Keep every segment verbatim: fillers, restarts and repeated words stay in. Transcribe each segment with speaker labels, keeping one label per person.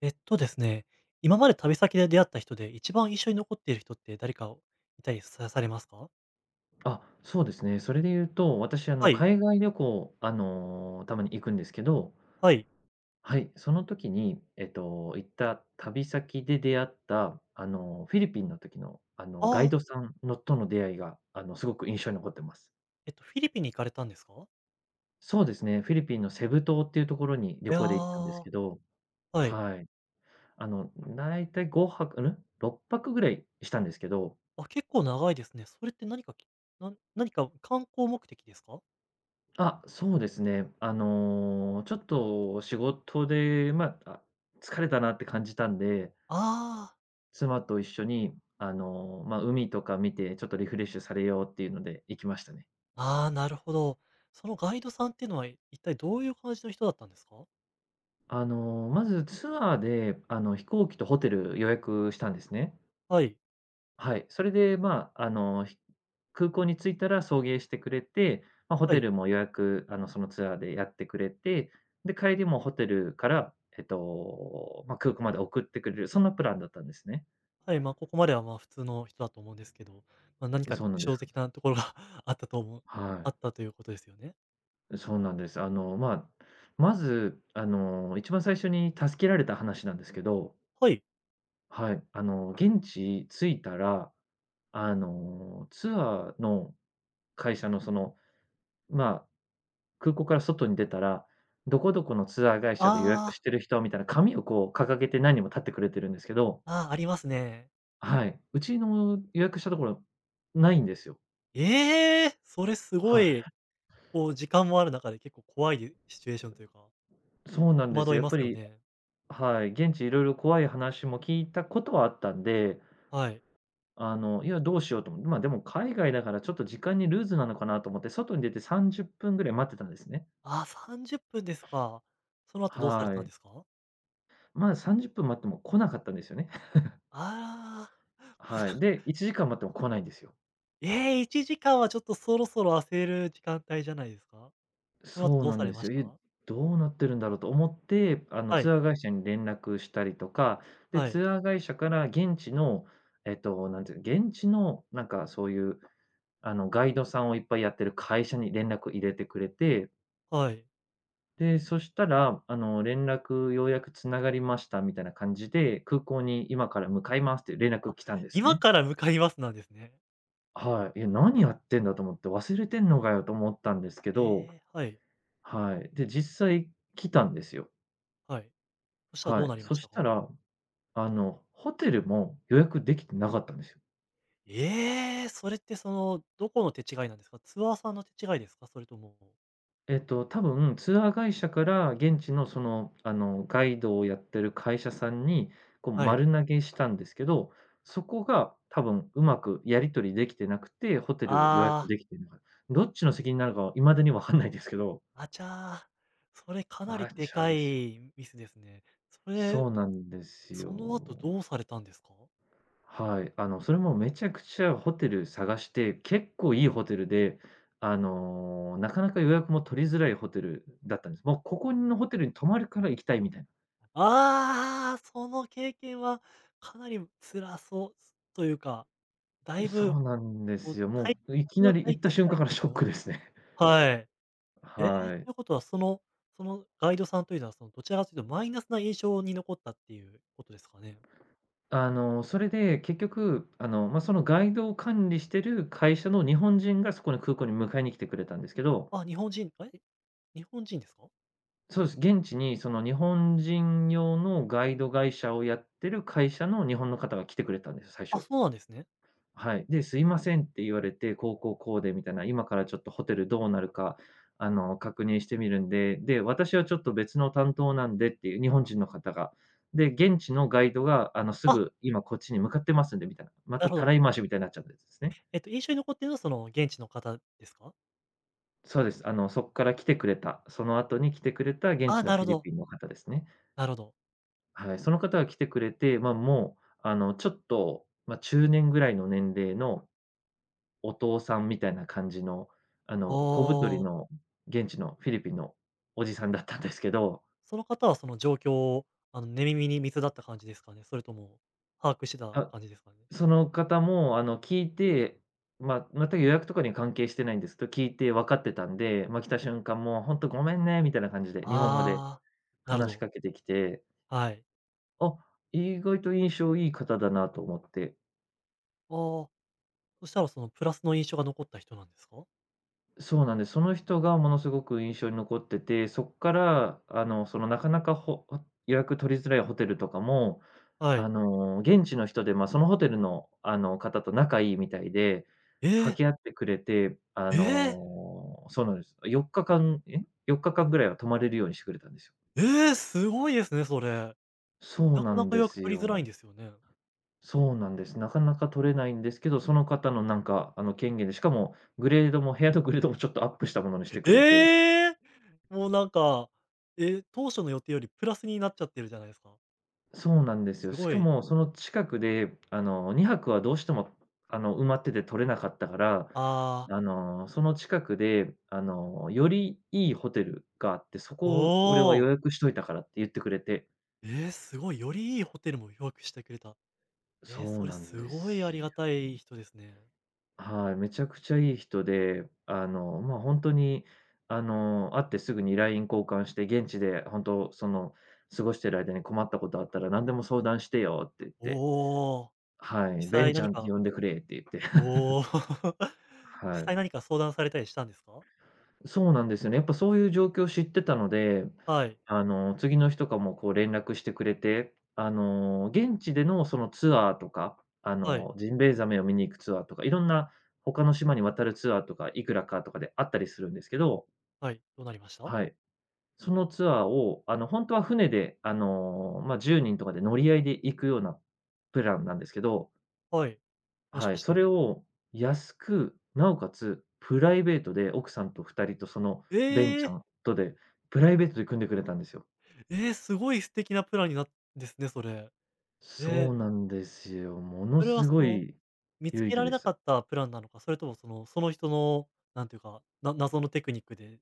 Speaker 1: えっとですね、今まで旅先で出会った人で一番印象に残っている人って誰かいたりさされますか？
Speaker 2: あ、そうですね。それで言うと、私、あの、
Speaker 1: はい、
Speaker 2: 海外旅行、あの、たまに行くんですけど、
Speaker 1: はい。
Speaker 2: はい、その時に、えっと、行った旅先で出会った、あの、フィリピンの時の、あの、ガイ
Speaker 1: ああ、
Speaker 2: ドさんのとの出会いが、あの、すごく印象に残ってます。
Speaker 1: えっとフィリピンに行かれたんですか？
Speaker 2: そうですね、フィリピンのセブ島っていうところに
Speaker 1: い
Speaker 2: 旅
Speaker 1: や
Speaker 2: 行で行ったんです
Speaker 1: ー、
Speaker 2: けど、
Speaker 1: はい。
Speaker 2: はい。あの、だいたいごはく、ん？ろっぱくぐらいしたんですけど、
Speaker 1: あ、結構長いですね。それって何かきな何か観光目的ですか？
Speaker 2: あ、そうですね。あの、ちょっと仕事で、ま、あ、あ疲れたなって感じたんで、
Speaker 1: あ
Speaker 2: 妻と一緒に、あの、まあ、海とか見て、ちょっとリフレッシュされようっていうので行きましたね。
Speaker 1: あ、ああ、なるほど。そのガイドさんっていうのは、一体どういう感じの人だったんですか？
Speaker 2: あの、まずツアーで、あの、飛行機とホテル予約したんですね。
Speaker 1: はい、
Speaker 2: はい、それで、まあ、あの、ひ空港に着いたら送迎してくれて、まあ、ホ
Speaker 1: は
Speaker 2: テ
Speaker 1: い、
Speaker 2: ルも予約、あの、そのツアーでやってくれて、で、帰りもホテルから、えっと、まあ、空港まで送ってくれる、そんなプランだったんですね。
Speaker 1: はい、まあ、ここまでは、ま、あ普通の人だと思うんですけど、まあ、何か
Speaker 2: そう
Speaker 1: 特
Speaker 2: なんです。
Speaker 1: 徴的なところが あったと思う
Speaker 2: は
Speaker 1: あ
Speaker 2: い。
Speaker 1: ったということですよね？
Speaker 2: そうなんです。あの、まあ、まず、あの、一番最初に助けられた話なんですけど、
Speaker 1: はい。
Speaker 2: はい、あの、現地着いたら、あの、ツアーの会社の、その、ま空港から外に出たら、どこどこのツアー会社で予約
Speaker 1: あ
Speaker 2: し
Speaker 1: あ、
Speaker 2: てる人みたいな紙をこう掲げて何人も立ってくれてるんですけど、
Speaker 1: ああ、ありますね。
Speaker 2: はい、うちの予約したところ、ないんですよ。
Speaker 1: ええ！それすごい、
Speaker 2: は
Speaker 1: こう時間もある中で結構怖いシチュエーションというか、
Speaker 2: い。そうなん
Speaker 1: 戸
Speaker 2: です
Speaker 1: 惑
Speaker 2: よ。
Speaker 1: い
Speaker 2: やっ
Speaker 1: ま
Speaker 2: ぱ
Speaker 1: すよ
Speaker 2: り、
Speaker 1: ね。
Speaker 2: はい、現地いろいろ怖い話も聞いたことはあったんで、
Speaker 1: はい。
Speaker 2: あの、いや、どうしようと思って、ま、でも海外だからちょっと時間にルーズなのかなと思って、外に出てさんじゅっぷんぐらい待ってたんですね。
Speaker 1: ああ、さんじゅっぷんですか。その後どうされ
Speaker 2: は
Speaker 1: たん
Speaker 2: い。
Speaker 1: ですか？
Speaker 2: まあ、さんじゅっぷん待っても来なかったんですよね。
Speaker 1: ああ、
Speaker 2: はい。で、いちじかん待っても来ないんですよ。
Speaker 1: ええ、いちじかんはちょっとそろそろ焦る時間帯じゃないですか？その後
Speaker 2: そう
Speaker 1: どう
Speaker 2: な
Speaker 1: さ
Speaker 2: ん
Speaker 1: れ
Speaker 2: で
Speaker 1: ま
Speaker 2: す
Speaker 1: し
Speaker 2: よ。
Speaker 1: た？
Speaker 2: え、どうなってるんだろうと思って、あの、
Speaker 1: は
Speaker 2: ツ
Speaker 1: い、
Speaker 2: アー会社に連絡したりとか、で、
Speaker 1: はい、
Speaker 2: ツアー会社から現地の、えっと、なんていう、現地のなんかそういう、あの、ガイドさんをいっぱいやってる会社に連絡入れてくれて、
Speaker 1: はい。
Speaker 2: で、そしたら、あの、連絡ようやくつながりましたみたいな感じで、空港に今から向かいますっていう連絡
Speaker 1: あ、
Speaker 2: 来たんです
Speaker 1: 今
Speaker 2: ね。
Speaker 1: から向かいますなんですね。
Speaker 2: はい。いや、何やってんだと思って、忘れてんのかよと思ったんですけど、
Speaker 1: ええ、はい、
Speaker 2: はい。で、実際来たんですよ。
Speaker 1: はい。そしたらど
Speaker 2: は
Speaker 1: う
Speaker 2: い。
Speaker 1: なりま
Speaker 2: そ
Speaker 1: した
Speaker 2: した
Speaker 1: か？
Speaker 2: ら、あの、ホテルも予約できてなかったんですよ。
Speaker 1: ええ、それってその、どこの手違いなんですか？ツアーさんの手違いですか？それとも
Speaker 2: えっと、多分ツアー会社から現地のその、あの、ガイドをやってる会社さんに、こう、
Speaker 1: はい。
Speaker 2: 丸投げしたんですけど、そこが多分うまくやり取りできてなくて、ホテルを予約
Speaker 1: あ
Speaker 2: できてなかった、どっちの責任なのかは未だにわかんないですけど、
Speaker 1: あ、あちゃ、それかな
Speaker 2: ア
Speaker 1: り
Speaker 2: ー
Speaker 1: で
Speaker 2: チャー
Speaker 1: か
Speaker 2: ですよ。
Speaker 1: いミスですね。それ、
Speaker 2: そうなんです
Speaker 1: その後
Speaker 2: よ。
Speaker 1: どうされたんですか？
Speaker 2: はい、あの、それもめちゃくちゃホテル探して、結構いいホテルで、あの、なかなか予約も取りづらいホテルだったんです。もうここのホテルに泊まるから行きたいみたいな。
Speaker 1: ああ、その経験はかなり辛そうというか、だい
Speaker 2: そ
Speaker 1: ぶ、
Speaker 2: うなんで
Speaker 1: も
Speaker 2: す
Speaker 1: う、
Speaker 2: よ。
Speaker 1: たい
Speaker 2: もういきな
Speaker 1: の
Speaker 2: り行
Speaker 1: 体
Speaker 2: った
Speaker 1: 験自
Speaker 2: 瞬間
Speaker 1: 体
Speaker 2: から
Speaker 1: 変え
Speaker 2: シ
Speaker 1: ちゃ
Speaker 2: ョ
Speaker 1: い
Speaker 2: ッ
Speaker 1: ま
Speaker 2: ク
Speaker 1: す。
Speaker 2: ですね。
Speaker 1: はい。ええ、
Speaker 2: はい。
Speaker 1: ということはそのそのガイドさんというのは、その、どちらかというとマイナスな印象に残ったっていうことですかね？
Speaker 2: あの、それで結局、あの、まあ、そのガイドを管理してる会社の日本人がそこの空港に迎えに来てくれたんですけど、
Speaker 1: あ、日本人、え、日本人ですか？
Speaker 2: そうです、現地にその日本人用のガイド会社をやってる会社の日本の方が来てくれたんです、最
Speaker 1: あ、
Speaker 2: 初。
Speaker 1: そうなんですね。
Speaker 2: はい。で、すいませんって言われて、こうこうこうでみたいな、今からちょっとホテルどうなるか、あの、確認してみるんで、で、私はちょっと別の担当なんでっていう日本人の方が。で、現地のガイドが、あの、す
Speaker 1: あ、
Speaker 2: ぐ今こっちに向かってますんでみたいな、ま
Speaker 1: な
Speaker 2: た
Speaker 1: る
Speaker 2: た
Speaker 1: ほど。
Speaker 2: らい回しみたいになっちゃったやつですね。
Speaker 1: えっと、印象に残っているのはその現地の方ですか？
Speaker 2: そうです。あの、そこから来てくれた、その後に来てくれた現
Speaker 1: あ、
Speaker 2: 地の
Speaker 1: なる
Speaker 2: フィ
Speaker 1: ほ
Speaker 2: リ
Speaker 1: ど、
Speaker 2: ピンの方ですね。
Speaker 1: なるほど。
Speaker 2: はい。その方が来てくれて、まあ、もう、あの、ちょっと、まあ、中年ぐらいの年齢のお父さんみたいな感じの、あの、小太り
Speaker 1: おあ、
Speaker 2: の現地のフィリピンのおじさんだったんですけど、
Speaker 1: その方はその状況を、あの、寝耳に水だった感じですかね？それとも、把握してた
Speaker 2: あ、
Speaker 1: 感じですかね？
Speaker 2: その方も、あの、聞いて、ま、全く予約とかには関係してないんですけど、聞いて分かってたんで、ま、来た瞬間もう「ほんとごめんね」みたいな感じで、日本語で
Speaker 1: ああ、なるほ
Speaker 2: 話し
Speaker 1: ど、
Speaker 2: かけてきて、
Speaker 1: はい。
Speaker 2: あ、意外と印象いい方だなと思って。
Speaker 1: ああ、そしたらそのプラスの印象が残った人なんですか？
Speaker 2: そうなんです。その人がものすごく印象に残ってて、そっから、あの、その、なかなかほ予約取りづらいホテルとかも、
Speaker 1: は
Speaker 2: あ
Speaker 1: い。
Speaker 2: の、現地の人で、ま、そのホテルの、あの、方と仲いいみたいで、
Speaker 1: え
Speaker 2: 掛
Speaker 1: え、
Speaker 2: け合ってくれて、あ
Speaker 1: ええ、
Speaker 2: の、そうなんです。4日間え、よっかかんぐらいは泊まれるようにしてくれたんですよ。
Speaker 1: ええ、すごいですね、それ。
Speaker 2: そう
Speaker 1: な
Speaker 2: な
Speaker 1: かな
Speaker 2: ん
Speaker 1: か
Speaker 2: で
Speaker 1: 予約
Speaker 2: す
Speaker 1: 取りづらいん
Speaker 2: よ。
Speaker 1: ですよね。
Speaker 2: そうなんです。なかなか取れないんですけど、その方のなんか、あの、権限で、しかもグレードも部屋のグレードもちょっとアップしたものにしてくれて、
Speaker 1: ええ！もうなんか、え、当初の予定よりプラスになっちゃってるじゃないですか。
Speaker 2: そうなんですよ。
Speaker 1: す
Speaker 2: し
Speaker 1: ご
Speaker 2: か
Speaker 1: い、
Speaker 2: もその近くで、あの、にはくはどうしても、あの、埋まってて取れなかったから、
Speaker 1: ああ、
Speaker 2: あの、その近くで、あの、よりいいホテルがあって、そ
Speaker 1: お
Speaker 2: こを俺は予
Speaker 1: お、
Speaker 2: 約しといたからって言ってくれて。
Speaker 1: えーすごい、よりいいホテルも予約してくれた。
Speaker 2: そ
Speaker 1: えー
Speaker 2: う
Speaker 1: それ
Speaker 2: なん
Speaker 1: す
Speaker 2: で
Speaker 1: ごいあ
Speaker 2: すよ。
Speaker 1: りがたい人ですね。
Speaker 2: はい、めちゃくちゃいい人で、あの、ま、あ本当に、あの、会ってすぐに ライン 交換して、現地で本当その、過ごしてる間に困ったことあったら何でも相談してよって言って、
Speaker 1: おお、
Speaker 2: は
Speaker 1: 実
Speaker 2: い、ベン
Speaker 1: 際
Speaker 2: ちゃ
Speaker 1: 何
Speaker 2: んって
Speaker 1: か
Speaker 2: 呼んでくれって言って。
Speaker 1: おお、実
Speaker 2: はい。
Speaker 1: 際何か相談されたりしたんですか？
Speaker 2: そうなんですよね。やっぱそういう状況を知ってたので、
Speaker 1: はい、
Speaker 2: あの、次の日とかもこう連絡してくれて、あの、現地でのそのツアーとか、あ
Speaker 1: はい、
Speaker 2: の、ジンベエザメを見に行くツアーとか、いろんな他の島に渡るツアーとか、いくらかとかであったりするんですけど、
Speaker 1: はい、どうなりました？
Speaker 2: はい。そのツアーを、あの、本当は船で、あの、まあ、じゅうにんとかで乗り合いで行くようなプランなんですけど、
Speaker 1: はい、もし
Speaker 2: は
Speaker 1: か
Speaker 2: い、
Speaker 1: し
Speaker 2: そ
Speaker 1: て。
Speaker 2: れを安く、なおかつプライベートで奥さんとふたりとそのベン
Speaker 1: え
Speaker 2: ちゃ
Speaker 1: え！
Speaker 2: んとで、プライベートで組んでくれたんですよ。
Speaker 1: えーすごい素敵なプランになっですね、それ。え
Speaker 2: そ
Speaker 1: え、
Speaker 2: うなんですよ。もの
Speaker 1: それは
Speaker 2: す
Speaker 1: そ
Speaker 2: ご
Speaker 1: の
Speaker 2: い
Speaker 1: 見つ
Speaker 2: 有意
Speaker 1: け
Speaker 2: 義
Speaker 1: られ
Speaker 2: で
Speaker 1: なか
Speaker 2: す。
Speaker 1: ったプランなのか、それともそのその人の、なんていうか、な謎のテクニックで、ん、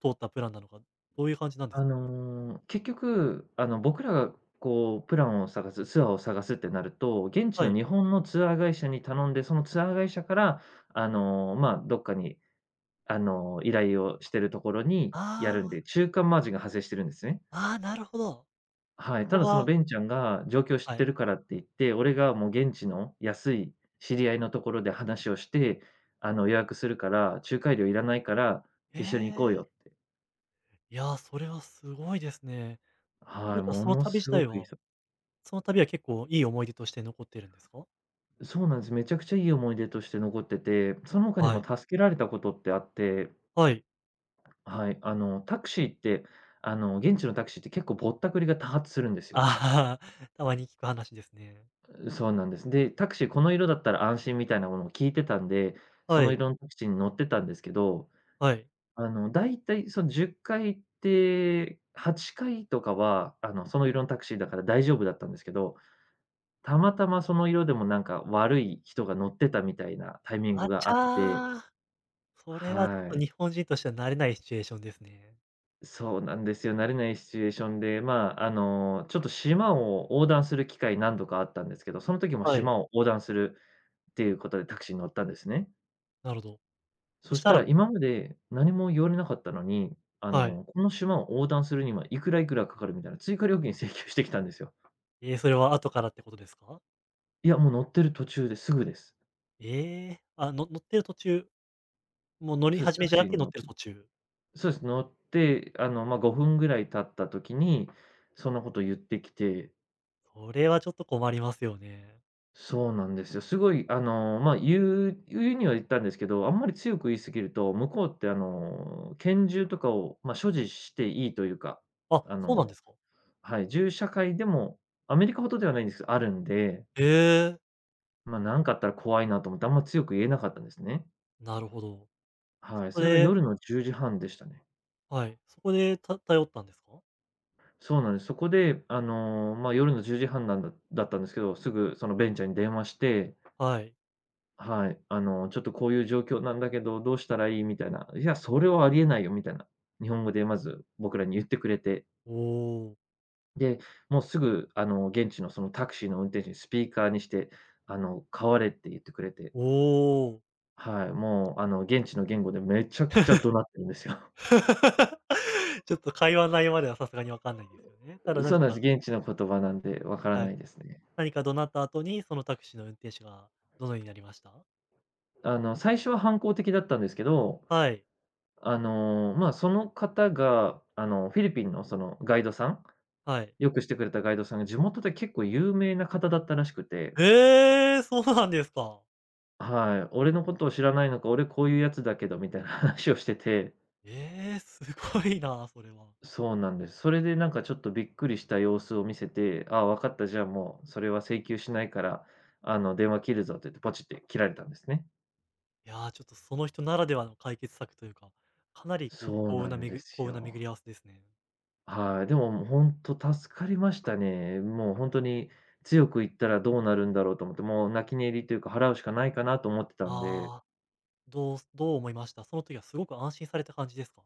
Speaker 1: 通ったプランなのか、どういう感じなんで
Speaker 2: あ
Speaker 1: すかね？
Speaker 2: の、結局、あの、僕らがこうプランを探す、ツアーを探すってなると、現地
Speaker 1: は
Speaker 2: の
Speaker 1: い。
Speaker 2: 日本のツアー会社に頼んで、そのツアー会社から、あの、まあ、どっかに、あの、依頼をしてるところにやるん
Speaker 1: あ
Speaker 2: で、中間マージンが発生してるんですね。
Speaker 1: あ、ああ、なるほど。
Speaker 2: はい、た
Speaker 1: ここ
Speaker 2: だその
Speaker 1: が
Speaker 2: ベンちゃんが状況知っ
Speaker 1: は
Speaker 2: て
Speaker 1: い。
Speaker 2: るからって言って、俺がもう現地の安い知り合いのところで話をして、あの、予約するから、仲介料いらないから、
Speaker 1: え
Speaker 2: 一緒に行こうよっ
Speaker 1: え、
Speaker 2: て。
Speaker 1: いや、それはすごいですね。という
Speaker 2: はい、
Speaker 1: ことは
Speaker 2: も
Speaker 1: その
Speaker 2: の
Speaker 1: 旅自
Speaker 2: すご
Speaker 1: 体
Speaker 2: くいい
Speaker 1: は
Speaker 2: 人。
Speaker 1: その旅は結構いい思い出として残ってるんですか？
Speaker 2: そうなんです。めちゃくちゃいい思い出として残ってて、その他に
Speaker 1: は
Speaker 2: も
Speaker 1: い。
Speaker 2: 助けられたことってあって。
Speaker 1: はい。
Speaker 2: はい、あの、タクシーって、あの、現地のタクシーって結構ぼったくりが多発するんですよ。
Speaker 1: ああ、たまに聞く話ですね。
Speaker 2: そうなんです。で、タクシーこの色だったら安心みたいなものを聞いてたんで、そ
Speaker 1: は
Speaker 2: の
Speaker 1: い、
Speaker 2: 色のタクシーに乗ってたんですけど、
Speaker 1: はい。
Speaker 2: あの、だいたいそのじゅっかい行って、はっかいとかは、あの、その色のタクシーだから大丈夫だったんですけど、たまたまその色でもなんか悪い人が乗ってたみたいなタイミング
Speaker 1: あち
Speaker 2: があって。
Speaker 1: ゃ。それはちょっ
Speaker 2: は
Speaker 1: と
Speaker 2: い。
Speaker 1: 日本人としては慣れないシチュエーションですね。
Speaker 2: そうなんですよ。慣れないシチュエーションで、まあ、あの、ちょっと島を横断する機会何度かあったんですけど、その時も
Speaker 1: はい。
Speaker 2: 島を横断するっていうことでタクシーに乗ったんですね。
Speaker 1: なるほど。そ
Speaker 2: そ
Speaker 1: し
Speaker 2: し
Speaker 1: た
Speaker 2: た
Speaker 1: ら
Speaker 2: ら今まで何も言われなかったのに、あ
Speaker 1: はい。
Speaker 2: の、この島を横断するにはいくらいくらかかるみたいな追加料金請求してきたんですよ。
Speaker 1: えーそれは後からってことですか？
Speaker 2: いや、もう乗ってる途中ですぐです。
Speaker 1: ええー、あ、の乗ってる途中、もう乗り
Speaker 2: そうです、
Speaker 1: 始
Speaker 2: タ
Speaker 1: め
Speaker 2: ク
Speaker 1: じゃ
Speaker 2: シ
Speaker 1: な
Speaker 2: ー
Speaker 1: くて
Speaker 2: に
Speaker 1: 乗っ
Speaker 2: 乗っ
Speaker 1: てる
Speaker 2: て。
Speaker 1: 途中。
Speaker 2: そうです、乗って、あの、ま、ごふんぐらい経った時に、そんなこと言ってきて。
Speaker 1: それはちょっと困りますよね。
Speaker 2: そうなんですよ。すごいあの、ま、言う言うには言ったんですけど、あんまり強く言い過ぎると、向こうってあの、拳銃とかを、ま、所持していいというか、
Speaker 1: あ、
Speaker 2: あの
Speaker 1: そうなんですか？
Speaker 2: はい、銃社会でも、アメリカほどではないんですけど、あるんで、
Speaker 1: ええー、
Speaker 2: まあ、なんかあったら怖いなと思って、あんま強く言えなかったんですね。
Speaker 1: なるほど。
Speaker 2: は
Speaker 1: そ
Speaker 2: い、
Speaker 1: こ
Speaker 2: それが
Speaker 1: で
Speaker 2: 夜のじゅうじはんでしたね。
Speaker 1: はい、そこでた頼ったんですか？
Speaker 2: そうなんです。そこで、あの、まあ、夜のじゅうじはんなんだだったんですけど、すぐそのベンチャーに電話して、
Speaker 1: はい。
Speaker 2: はい、あの、ちょっとこういう状況なんだけど、どうしたらいい？みたいな。いや、それはありえないよみたいな、日本語でまず僕らに言ってくれて、
Speaker 1: おお、
Speaker 2: で、もうすぐあの、現地のそのタクシーの運転手にスピーカーにして、あの、代われって言ってくれて。
Speaker 1: おお。
Speaker 2: はい、もう、あの、現地の言語でめちゃくちゃ怒鳴ってるんですよ。
Speaker 1: ちょっと会話の内容まではさすがにわかんないですよね。ただ
Speaker 2: そう
Speaker 1: 何
Speaker 2: なんです。
Speaker 1: か
Speaker 2: 現地の言葉なんでわから
Speaker 1: は
Speaker 2: な
Speaker 1: い、
Speaker 2: いですね。
Speaker 1: 何か怒鳴った後に、そのタクシーの運転手がどのようになりました？
Speaker 2: あの、最初は反抗的だったんですけど、
Speaker 1: はい、
Speaker 2: あの、まあ、その方が、あの、フィリピンのそのガイドさん、
Speaker 1: はい。
Speaker 2: よくしてくれたガイドさんが地元で結構有名な方だったらしくて、
Speaker 1: ええ、そうなんですか。
Speaker 2: はい、俺のことを知らないのか、俺こういうやつだけどみたいな話をしてて。
Speaker 1: ええ、すごいな、それは。
Speaker 2: そうなんです。それでなんかちょっとびっくりした様子を見せて、ああ、分かった、じゃあもうそれは請求しないから、あの、電話切るぞって言って、ポチって切られたんですね。
Speaker 1: いや、ちょっとその人ならではの解決策というか、かなりこう、
Speaker 2: そう
Speaker 1: 幸
Speaker 2: な
Speaker 1: 運な
Speaker 2: ん
Speaker 1: め
Speaker 2: で
Speaker 1: ぐ
Speaker 2: す
Speaker 1: 幸運な巡
Speaker 2: よ。
Speaker 1: り合わせですね。
Speaker 2: はい。でも、もう本当助かりましたね。もう本当に強く言ったらどうなるんだろうと思って、もう泣き寝入りというか、払うしかないかなと思ってたんで。
Speaker 1: ああ、どうすどう思いました？その時はすごく安心された感じですか？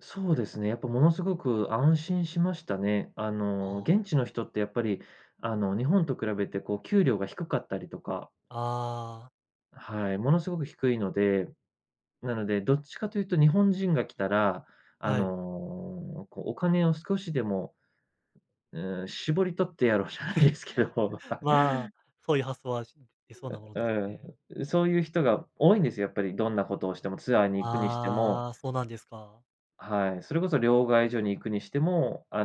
Speaker 2: そうですね、やっぱものすごく安心しましたね。あの、現
Speaker 1: あ
Speaker 2: 地の人ってやっぱり、あの、日本と比べてこう給料が低かったりとか。
Speaker 1: あ、あ
Speaker 2: はい、ものすごく低いので、なので、どっちかというと日本人が来たら、
Speaker 1: あ、
Speaker 2: あ
Speaker 1: はい。
Speaker 2: の、こうお金を少しでも、うん、絞り取ってやろうじゃないですけど、
Speaker 1: まあ、そういう発想はし出そうなものです
Speaker 2: は
Speaker 1: ね。
Speaker 2: い、うん、そういう人が多いんですよ、やっぱりどんなことをしても、ツアーに行くにしても、
Speaker 1: ああ、そうなんですか。
Speaker 2: はい、それこそ両替所に行くにしても、あ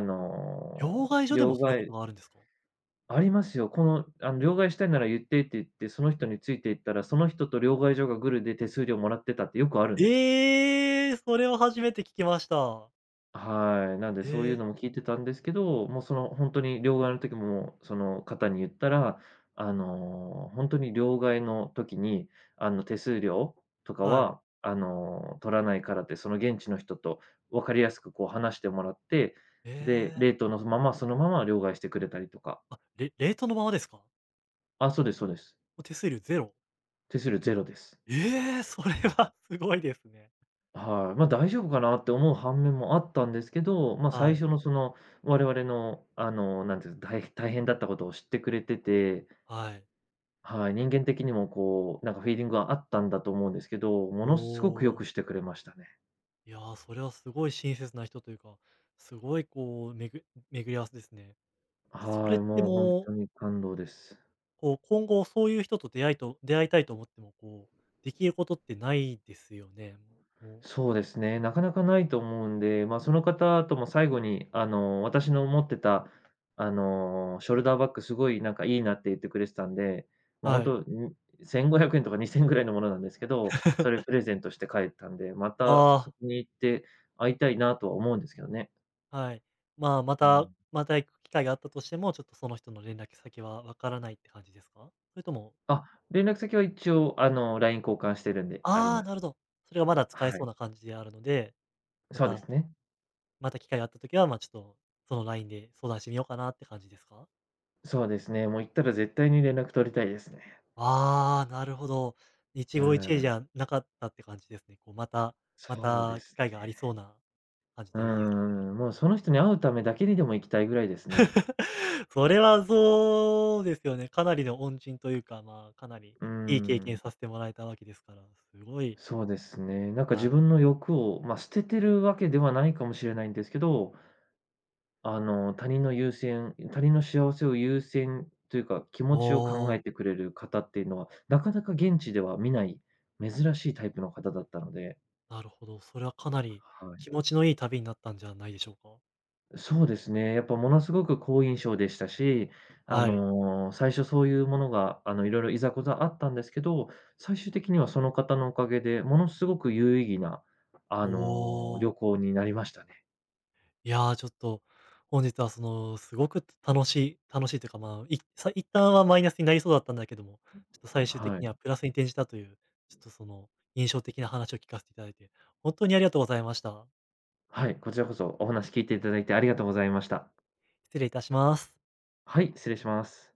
Speaker 1: 両
Speaker 2: の、
Speaker 1: 替所で
Speaker 2: 両
Speaker 1: もそういうこ
Speaker 2: 替
Speaker 1: とがあるんですか？
Speaker 2: ありますよ。この、あの、両替したいなら言ってって言って、その人についていったら、その人と両替所がグルで手数料もらってたってよくあるんですよ。
Speaker 1: ええ、それは初めて聞きました。
Speaker 2: はい。なんで
Speaker 1: え
Speaker 2: そういう
Speaker 1: え、
Speaker 2: のも聞いてたんですけど、もうその本当に両替の時も、もうその方に言ったら、あの、ほんに両替の時に、あの、手数料とか
Speaker 1: はい。
Speaker 2: は、あの、取らないからって、その現地の人と分かりやすくこう話してもらって、
Speaker 1: え
Speaker 2: で、レ
Speaker 1: え。
Speaker 2: ートのまま、そのまま両替してくれたりとか。
Speaker 1: あ、れ冷凍のままですか？
Speaker 2: あ、そうですそうです。
Speaker 1: もう手数料ゼロ？
Speaker 2: 手数料ゼロです。
Speaker 1: ええ、それは すごいですね。
Speaker 2: はい、ま、大丈夫かなって思う反面もあったんですけど、ま、最
Speaker 1: はい、
Speaker 2: 初のその、我々の、あの、なんていうんですか、た大変だったことを知ってくれてて、
Speaker 1: はい。
Speaker 2: はい、人間的にもこう、なんかフィーリングがあったんだと思うんですけど、
Speaker 1: お
Speaker 2: ものすごく良
Speaker 1: ー
Speaker 2: くしてくれましたね。
Speaker 1: いやー、それはすごい親切な人というか、すごいこう、めぐ巡り合わせですね。そ
Speaker 2: は
Speaker 1: れっ
Speaker 2: い、
Speaker 1: て
Speaker 2: もう本
Speaker 1: もう、
Speaker 2: 当に感動です。
Speaker 1: こう、今後そういう人と出会いと出会いたいと思っても、こう、できることってないですよね？もう
Speaker 2: そうですね、なかなかないと思うんで、まあ、その方とも最後に、あの、私の持ってた、あの、ショルダーバッグすごいなんかいいなって言ってくれてたんで、ま、あ本
Speaker 1: はい。
Speaker 2: 当にせんごひゃくえんとかにせんぐらいのものなんですけど、それプレゼントして帰ったんで、またそ
Speaker 1: あ
Speaker 2: こに行って会いたいなとは思うんですけどね。
Speaker 1: あ、はい。まあ、ま
Speaker 2: う
Speaker 1: た
Speaker 2: ん。
Speaker 1: また行く機会があったとしても、ちょっとその人の連絡先はわからないって感じですか？それとも
Speaker 2: あ、連絡先は一応、あの、ライン 交換してるんであり
Speaker 1: ああ、
Speaker 2: ます。
Speaker 1: なるほど。それがまだ使え
Speaker 2: は
Speaker 1: そ
Speaker 2: い。
Speaker 1: うな感じであるので、ま
Speaker 2: そうで
Speaker 1: た
Speaker 2: すね。
Speaker 1: また機会があった時は、ま、ちょっと、そのラインで相談してみようかなって感じですか？
Speaker 2: そうですね、もう行ったら絶対に連絡取りたいですね。
Speaker 1: ああ、なるほど。一期
Speaker 2: う
Speaker 1: 一会
Speaker 2: ん、
Speaker 1: じゃなかったって感じですね。こう、またま
Speaker 2: そうで
Speaker 1: た機
Speaker 2: す。
Speaker 1: 会がありそうな感じ
Speaker 2: うー
Speaker 1: でいいですね。
Speaker 2: ん、もうその人に会うためだけにでも行きたいぐらいですね。
Speaker 1: それはそうですよね。かなりの恩人というか、まあ、かなり
Speaker 2: うー
Speaker 1: いい経験
Speaker 2: ん、
Speaker 1: させてもらえたわけですから、すごい
Speaker 2: そうですね。なんか
Speaker 1: は
Speaker 2: 自
Speaker 1: い。
Speaker 2: 分の欲を、まあ、捨ててるわけではないかもしれないんですけど、あの、他人の優先他人の幸せを優先というか、気
Speaker 1: お
Speaker 2: 持ちを考え
Speaker 1: ー
Speaker 2: てくれる方っていうのは、なかなか現地では見ない珍しいタイプの方だったので、
Speaker 1: なるほど。それはかなり
Speaker 2: はい。
Speaker 1: 気持ちのいい旅になったんじゃないでしょうか。
Speaker 2: そうですね。やっぱものすごく好印象でしたし、あ
Speaker 1: はい。
Speaker 2: の、最初そういうものが、あの、いろいろいざこざあったんですけど、最終的にはその方のおかげで、ものすごく有意義な、あ
Speaker 1: お
Speaker 2: の、旅
Speaker 1: お。
Speaker 2: 行になりましたね。
Speaker 1: いやー、ちょっと、本日はその、すごく楽しい楽しいというか、まあ、いさ一旦はマイナスになりそうだったんだけども、ちょっと最終
Speaker 2: は
Speaker 1: 的に
Speaker 2: い。
Speaker 1: はプラスに転じたという、ちょっとその、印象的な話を聞かせていただいて、本当にありがとうございました。
Speaker 2: はい、こちらこそお話聞いていただいてありがとうございました。
Speaker 1: 失礼いたします。
Speaker 2: はい、失礼します。